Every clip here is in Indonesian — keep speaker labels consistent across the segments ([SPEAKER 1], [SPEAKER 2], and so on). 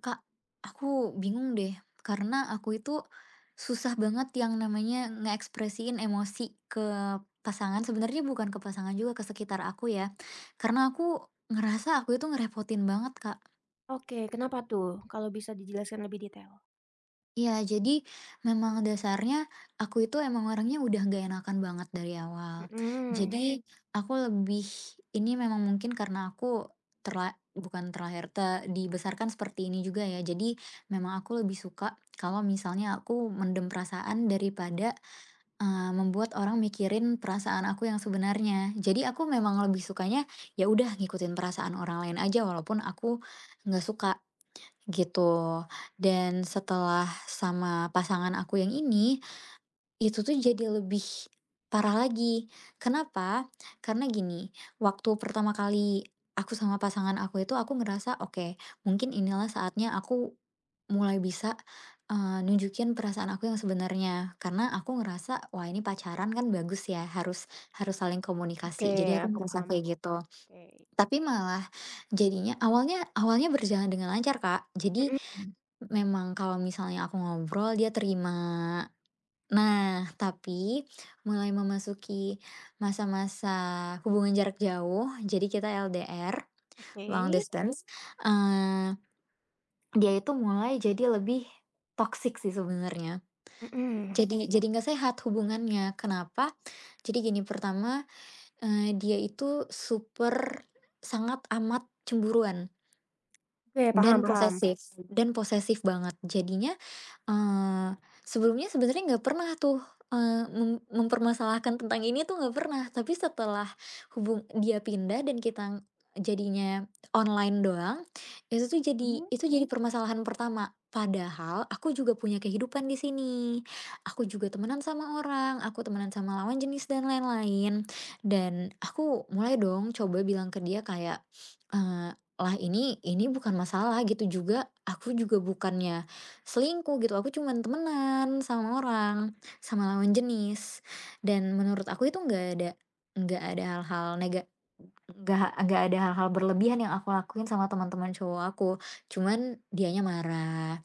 [SPEAKER 1] Kak, aku bingung deh, karena aku itu susah banget yang namanya ngeekspresiin emosi ke pasangan, sebenarnya bukan ke pasangan juga, ke sekitar aku ya. Karena aku ngerasa aku itu ngerepotin banget, Kak.
[SPEAKER 2] Oke, kenapa tuh? Kalau bisa dijelaskan lebih detail.
[SPEAKER 1] Iya, jadi memang dasarnya aku itu emang orangnya udah gak enakan banget dari awal. Oke.
[SPEAKER 2] Mhm,
[SPEAKER 1] Jadi. Oke. Aku lebih ini memang mungkin karena aku terla bukan terlahir te dibesarkan seperti ini juga ya. Jadi memang aku lebih suka kalau misalnya aku mendem perasaan daripada, membuat orang mikirin perasaan aku yang sebenarnya. Jadi aku memang lebih sukanya ya udah ngikutin perasaan orang lain aja walaupun aku nggak suka. Gitu. Dan setelah sama pasangan aku yang ini, itu tuh jadi lebih parah lagi. Kenapa? Karena gini, waktu pertama kali aku sama pasangan aku itu aku ngerasa, "Oke, mungkin inilah saatnya aku mulai bisa, nunjukin perasaan aku yang sebenarnya." Karena aku ngerasa, "Wah, ini pacaran kan bagus ya, harus harus saling
[SPEAKER 2] oke
[SPEAKER 1] komunikasi." Jadi aku
[SPEAKER 2] aku
[SPEAKER 1] ngerasa
[SPEAKER 2] paham,
[SPEAKER 1] kayak gitu.
[SPEAKER 2] oke.
[SPEAKER 1] Tapi malah jadinya awalnya awalnya berjalan dengan lancar, Kak. Jadi
[SPEAKER 2] Mhm.
[SPEAKER 1] memang kalau misalnya aku ngobrol dia terima. Nah, tapi mulai memasuki masa-masa hubungan jarak jauh, jadi kita LDR, long
[SPEAKER 2] Oke.
[SPEAKER 1] distance, eee, dia itu mulai jadi lebih toxic sih sebenarnya.
[SPEAKER 2] Mhm,
[SPEAKER 1] Jadi nggak sehat hubungannya, kenapa? Jadi gini, pertama, dia itu super sangat amat cemburuan
[SPEAKER 2] oke paham
[SPEAKER 1] dan
[SPEAKER 2] paham.
[SPEAKER 1] posesif dan posesif banget. Jadinya Eee, sebelumnya sebenarnya nggak pernah tuh, eee, mem mempermasalahkan tentang ini tuh nggak pernah, tapi setelah dia pindah dan kita jadinya online doang,
[SPEAKER 2] Mhm.
[SPEAKER 1] itu jadi permasalahan pertama. Padahal aku juga punya kehidupan di sini, aku juga temenan sama orang, aku temenan sama lawan jenis dan lain-lain, dan aku mulai dong coba bilang ke dia kayak, eee, "Lah ini bukan masalah gitu juga, aku juga bukannya selingkuh gitu, aku cuman temenan sama orang, sama lawan jenis, dan menurut aku itu nggak ada hal-hal nega nggak ada hal-hal berlebihan yang aku lakuin sama teman-teman cowok aku." Cuman dianya marah,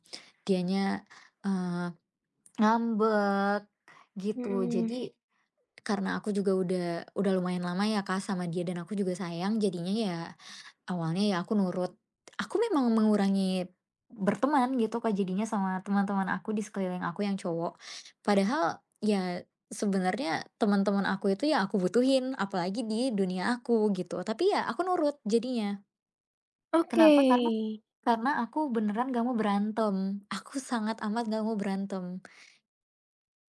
[SPEAKER 1] dianya, eee, ngambek gitu.
[SPEAKER 2] Mhm,
[SPEAKER 1] Jadi karena aku juga udah lumayan lama ya Kak sama dia dan aku juga sayang, jadinya ya awalnya ya aku nurut. Aku memang mengurangi berteman gitu Kak, jadinya sama teman-teman aku di sekeliling aku yang cowok. Padahal ya sebenarnya teman-teman aku itu ya aku butuhin, apalagi di dunia aku gitu. Tapi ya aku nurut jadinya.
[SPEAKER 2] oke.
[SPEAKER 1] Kenapa? Karena aku beneran gak mau berantem. Aku sangat amat gak mau berantem.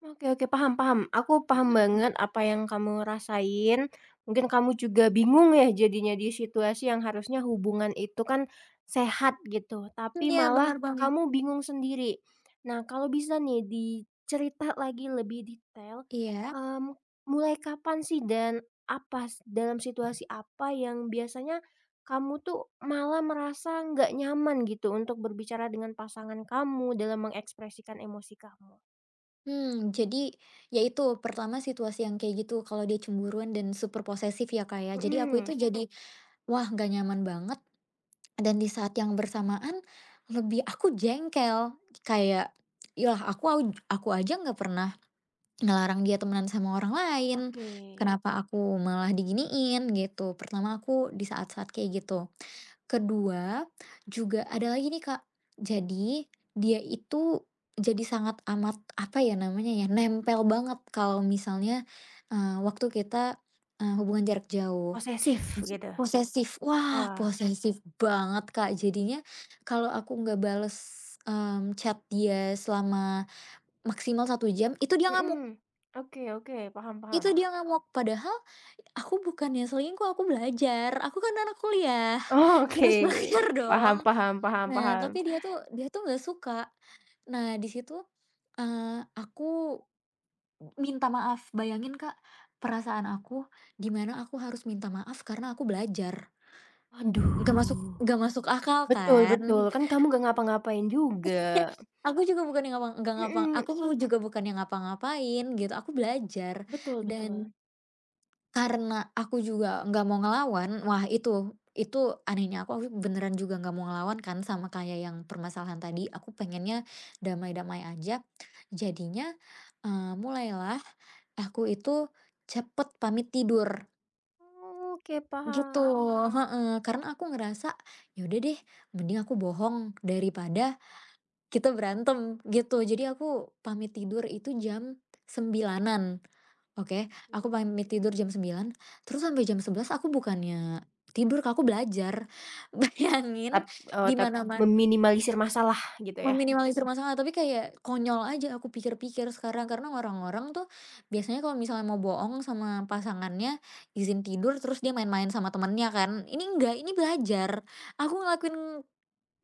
[SPEAKER 2] Oke oke, paham paham. Aku paham banget apa yang kamu rasain. Mungkin kamu juga bingung ya jadinya di situasi yang harusnya hubungan itu kan sehat gitu, tapi
[SPEAKER 1] Iya,
[SPEAKER 2] malah
[SPEAKER 1] bener banget.
[SPEAKER 2] kamu bingung sendiri. Nah, kalau bisa nih dicerita lagi lebih detail,
[SPEAKER 1] Iya.
[SPEAKER 2] mmm, mulai kapan sih dan apa s dalam situasi apa yang biasanya kamu tuh malah merasa nggak nyaman gitu untuk berbicara dengan pasangan kamu dalam mengekspresikan emosi kamu?
[SPEAKER 1] Jadi ya itu pertama situasi yang kayak gitu kalau dia cemburuan dan super posesif ya Kak ya. Jadi aku
[SPEAKER 2] Mhm.
[SPEAKER 1] itu jadi wah, nggak nyaman banget dan di saat yang bersamaan lebih aku jengkel, kayak, "Yah aku aja nggak pernah ngelarang dia temenan sama orang lain,
[SPEAKER 2] Oke,
[SPEAKER 1] kenapa aku malah diginiin?" Gitu. Pertama aku di saat-saat kayak gitu. Kedua, juga ada lagi nih, Kak. Jadi dia itu jadi sangat amat, apa ya namanya ya, nempel banget kalau misalnya, waktu kita, hubungan jarak jauh.
[SPEAKER 2] posesif gitu?
[SPEAKER 1] Posesif, wah
[SPEAKER 2] Wah.
[SPEAKER 1] posesif banget, Kak. Jadinya kalau aku nggak bales, chat dia selama maksimal 1 jam,
[SPEAKER 2] Mhm, oke oke, paham paham.
[SPEAKER 1] itu dia ngamuk. Padahal aku bukannya selingkuh, aku belajar, aku kan anak kuliah,
[SPEAKER 2] Oh, oke,
[SPEAKER 1] harus belajar dong.
[SPEAKER 2] paham paham paham
[SPEAKER 1] Nah,
[SPEAKER 2] paham.
[SPEAKER 1] tapi dia tuh nggak suka. Nah, di situ, aku minta maaf. Bayangin, Kak, perasaan aku, di aku harus minta maaf karena aku belajar. Nggak masuk
[SPEAKER 2] Aduh,
[SPEAKER 1] nggak masuk akal
[SPEAKER 2] betul
[SPEAKER 1] kan.
[SPEAKER 2] betul, kan kamu nggak ngapa-ngapain juga.
[SPEAKER 1] Aku juga bukan yang ngapa nggak ngapa
[SPEAKER 2] Mhm,
[SPEAKER 1] aku mu juga bukan yang ngapa-ngapain gitu, aku belajar
[SPEAKER 2] betul betul.
[SPEAKER 1] dan karena aku juga nggak mau ngelawan, wah itu anehnya aku, beneran juga nggak mau ngelawan kan sama kayak yang permasalahan tadi, aku pengennya damai-damai aja. Jadinya, mulailah aku itu cepet pamit tidur,
[SPEAKER 2] Oke,
[SPEAKER 1] gitu
[SPEAKER 2] paham.
[SPEAKER 1] heeh, karena aku ngerasa, ya udah deh mending aku bohong daripada kita berantem gitu. Jadi aku pamit tidur itu jam sembilanan. Oke. Aku
[SPEAKER 2] Mhm.
[SPEAKER 1] pamit tidur jam 9 terus sampai jam 11 aku bukannya tidur Kak, aku belajar. Bayangin
[SPEAKER 2] Tap eee,
[SPEAKER 1] di
[SPEAKER 2] tap
[SPEAKER 1] mana-mana
[SPEAKER 2] meminimalisir masalah gitu ya?
[SPEAKER 1] meminimalisir masalah, tapi kayak konyol aja aku pikir-pikir sekarang, karena orang-orang tuh biasanya kalau misalnya mau bohong sama pasangannya, izin tidur terus dia main-main sama temennya kan. Ini enggak, ini belajar. Aku ngelakuin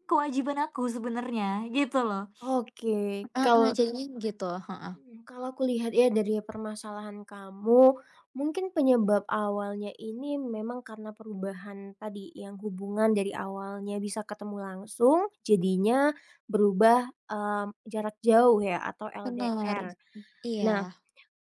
[SPEAKER 1] kewajiban aku sebenarnya, gitu loh.
[SPEAKER 2] Oke,
[SPEAKER 1] Heeh,
[SPEAKER 2] kalau
[SPEAKER 1] jadinya begitu, heeh,
[SPEAKER 2] Mhm, kalau aku lihat ya dari permasalahan kamu, mungkin penyebab awalnya ini memang karena perubahan tadi, yang hubungan dari awalnya bisa ketemu langsung, jadinya berubah, jarak jauh ya atau
[SPEAKER 1] bener,
[SPEAKER 2] LDR.
[SPEAKER 1] iya,
[SPEAKER 2] Nah,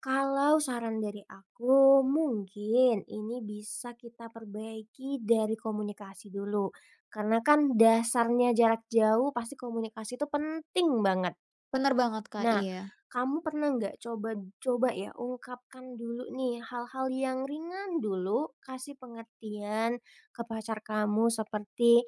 [SPEAKER 2] kalau saran dari aku mungkin ini bisa kita perbaiki dari komunikasi dulu, karena kan dasarnya jarak jauh pasti komunikasi itu penting banget.
[SPEAKER 1] bener banget, Kak,
[SPEAKER 2] Nah,
[SPEAKER 1] iya,
[SPEAKER 2] kamu pernah nggak coba coba ya ungkapkan dulu nih hal-hal yang ringan dulu, kasih pengertian ke pacar kamu seperti,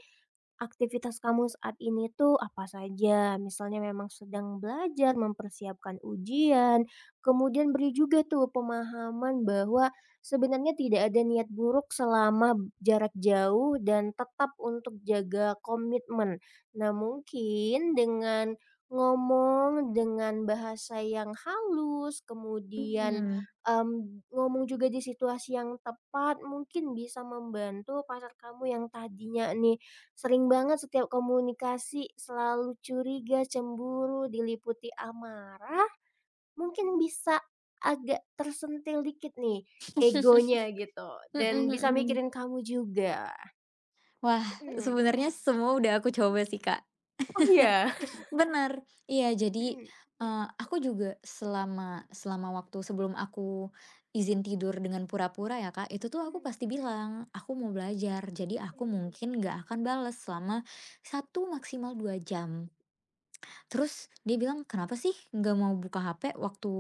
[SPEAKER 2] aktivitas kamu saat ini tuh apa saja? Misalnya memang sedang belajar, mempersiapkan ujian, kemudian beri juga tuh pemahaman bahwa sebenarnya tidak ada niat buruk selama jarak jauh dan tetap untuk jaga komitmen. Nah, mungkin dengan ngomong dengan bahasa yang halus, kemudian
[SPEAKER 1] mhm,
[SPEAKER 2] em, ngomong juga di situasi yang tepat, mungkin bisa membantu pacar kamu yang tadinya nih sering banget setiap komunikasi selalu curiga, cemburu, diliputi amarah, mungkin bisa agak tersentil dikit nih egonya gitu dan
[SPEAKER 1] mhm
[SPEAKER 2] bisa
[SPEAKER 1] mhm.
[SPEAKER 2] mikirin kamu juga.
[SPEAKER 1] Wah,
[SPEAKER 2] Mhm.
[SPEAKER 1] sebenarnya semua udah aku coba sih, Kak,
[SPEAKER 2] Oh ya?
[SPEAKER 1] bener, iya, jadi,
[SPEAKER 2] Mhm
[SPEAKER 1] aku juga selama selama waktu sebelum aku izin tidur dengan pura-pura ya, Kak, itu tuh aku
[SPEAKER 2] mhm,
[SPEAKER 1] pasti bilang, "Aku mau belajar, jadi aku
[SPEAKER 2] oke.
[SPEAKER 1] mungkin nggak akan balas selama 1 maksimal 2 jam." Terus dia bilang, "Kenapa sih nggak mau buka HP waktu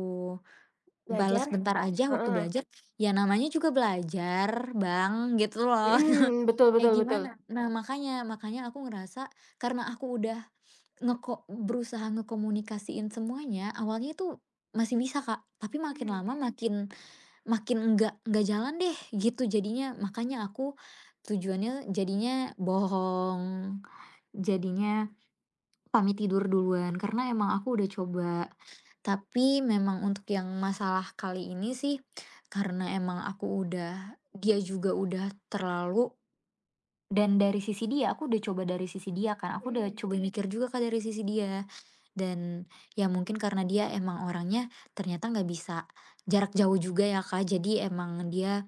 [SPEAKER 2] Belajar
[SPEAKER 1] bales bentar aja waktu
[SPEAKER 2] heeh,
[SPEAKER 1] belajar, ya namanya juga belajar Bang, gitu loh."
[SPEAKER 2] mhm, betul
[SPEAKER 1] Kayak
[SPEAKER 2] betul betul.
[SPEAKER 1] gimana nah makanya makanya aku ngerasa karena aku udah berusaha ngekomunikasiin semuanya, awalnya itu masih bisa Kak, tapi makin
[SPEAKER 2] Mhm
[SPEAKER 1] lama makin makin enggak jalan deh gitu jadinya. Makanya aku tujuannya jadinya bohong, jadinya pamit tidur duluan karena emang aku udah coba tapi memang untuk yang masalah kali ini sih, karena emang aku udah dia juga udah terlalu dan dari sisi dia, aku udah coba dari sisi dia kan, aku udah
[SPEAKER 2] mhm
[SPEAKER 1] coba mikir juga Kak dari sisi dia. Dan ya mungkin karena dia emang orangnya ternyata nggak bisa jarak jauh juga ya Kak, jadi emang dia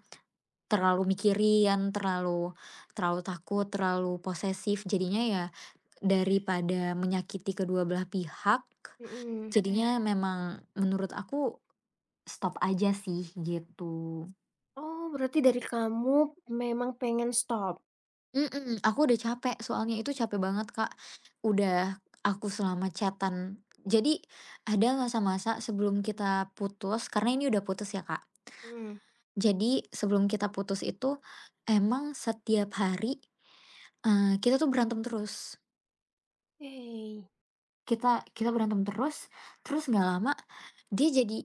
[SPEAKER 1] terlalu mikirin, terlalu terlalu takut, terlalu posesif, jadinya ya daripada menyakiti kedua belah pihak, Mhm.
[SPEAKER 2] mhm.
[SPEAKER 1] jadinya memang menurut aku stop aja sih, gitu.
[SPEAKER 2] Oh berarti dari kamu memang pengen stop?
[SPEAKER 1] Mhm, aku udah capek soalnya itu capek banget, Kak. Udah aku selama chat jadi ada masa-masa sebelum kita putus karena ini udah putus ya, Kak.
[SPEAKER 2] Mhm,
[SPEAKER 1] Jadi sebelum kita putus itu emang setiap hari, kita tuh berantem terus.
[SPEAKER 2] oke.
[SPEAKER 1] Kita kita berantem terus, terus nggak lama dia jadi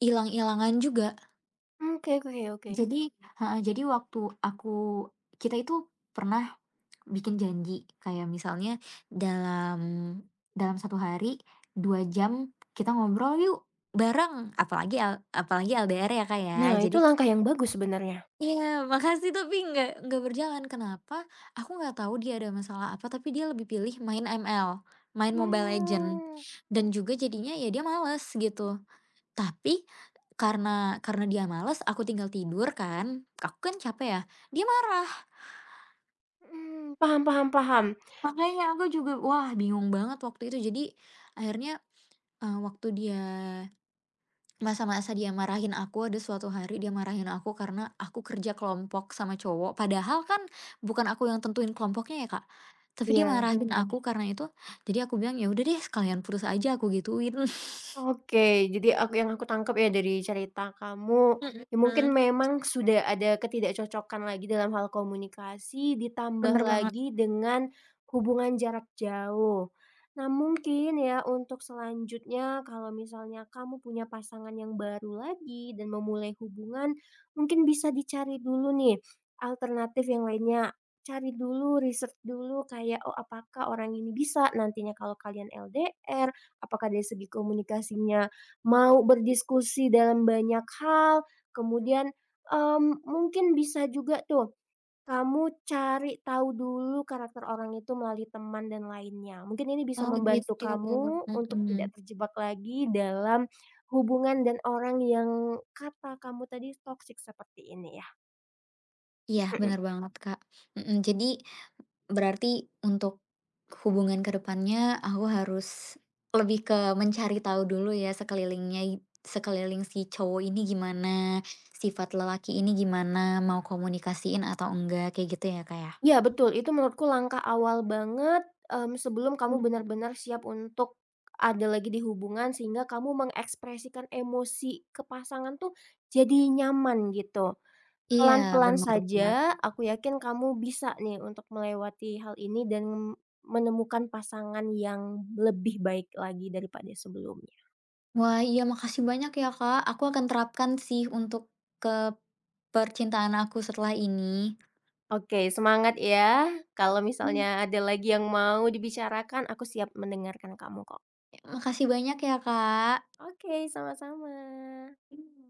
[SPEAKER 1] hilang-hilangan juga.
[SPEAKER 2] Oke oke oke.
[SPEAKER 1] Jadi heeh, jadi waktu aku kita itu pernah bikin janji, kayak misalnya dalam dalam 1 hari 2 jam kita ngobrol yuk, bareng, apalagi apalagi LDR ya, Kak, ya.
[SPEAKER 2] Nah itu
[SPEAKER 1] Jadi
[SPEAKER 2] langkah yang bagus sebenarnya.
[SPEAKER 1] iya, makasih tapi nggak berjalan, kenapa? Aku nggak tahu dia ada masalah apa, tapi dia lebih pilih main ML, main Mobile Legend
[SPEAKER 2] Wah,
[SPEAKER 1] dan juga jadinya ya dia males gitu. Tapi karena dia males, aku tinggal tidur kan, aku kan capek ya, dia marah.
[SPEAKER 2] mhm, paham paham paham.
[SPEAKER 1] Makanya aku juga, wah bingung banget waktu itu. Jadi akhirnya, waktu dia masa-masa dia marahin aku, ada suatu hari dia marahin aku karena aku kerja kelompok sama cowok, padahal kan bukan aku yang tentuin kelompoknya ya, Kak. Tapi dia
[SPEAKER 2] Iya,
[SPEAKER 1] marahin aku karena itu, jadi aku bilang, "Ya udah deh sekalian putus aja," aku gituin.
[SPEAKER 2] oke, jadi aku yang aku tangkap ya dari cerita kamu, ya mungkin
[SPEAKER 1] Mhm,
[SPEAKER 2] memang sudah ada ketidakcocokan lagi dalam hal komunikasi, ditambah
[SPEAKER 1] bener banget.
[SPEAKER 2] lagi dengan hubungan jarak jauh. Nah, mungkin ya untuk selanjutnya kalau misalnya kamu punya pasangan yang baru lagi dan memulai hubungan, mungkin bisa dicari dulu nih alternatif yang lainnya. Cari dulu, riset dulu kayak oh apakah orang ini bisa nantinya kalau kalian LDR. Apakah dari segi komunikasinya mau berdiskusi dalam banyak hal, kemudian, mungkin bisa juga tuh kamu cari tahu dulu karakter orang itu melalui teman dan lainnya. Mungkin ini bisa
[SPEAKER 1] Oh
[SPEAKER 2] membantu
[SPEAKER 1] gitu.
[SPEAKER 2] kamu untuk tidak
[SPEAKER 1] Mhm.
[SPEAKER 2] terjebak lagi dalam hubungan dan orang yang kata kamu tadi toksik seperti ini ya.
[SPEAKER 1] Iya
[SPEAKER 2] Mhm.
[SPEAKER 1] bener banget, Kak. Mhm, jadi berarti untuk hubungan ke depannya aku harus lebih ke mencari tahu dulu ya sekeliling si cowok ini gimana, sifat lelaki ini gimana, mau komunikasiin atau enggak, kayak gitu ya, Kak, ya?
[SPEAKER 2] Iya betul, itu menurutku langkah awal banget, sebelum kamu
[SPEAKER 1] Mhm.
[SPEAKER 2] benar-benar siap untuk ada lagi di hubungan sehingga kamu mengekspresikan emosi ke pasangan tuh jadi nyaman gitu.
[SPEAKER 1] Iya,
[SPEAKER 2] Pelan-pelan
[SPEAKER 1] benar
[SPEAKER 2] saja
[SPEAKER 1] banget.
[SPEAKER 2] aku yakin kamu bisa nih untuk melewati hal ini dan menemukan pasangan yang lebih baik lagi daripada sebelumnya.
[SPEAKER 1] Wah, iya makasih banyak ya, Kak, aku akan terapkan sih untuk ke percintaan aku setelah ini.
[SPEAKER 2] Oke semangat ya, kalau
[SPEAKER 1] Mmm.
[SPEAKER 2] misalnya ada lagi yang mau dibicarakan aku siap mendengarkan kamu kok.
[SPEAKER 1] Makasih banyak ya, Kak.
[SPEAKER 2] Oke sama-sama.
[SPEAKER 1] Iya.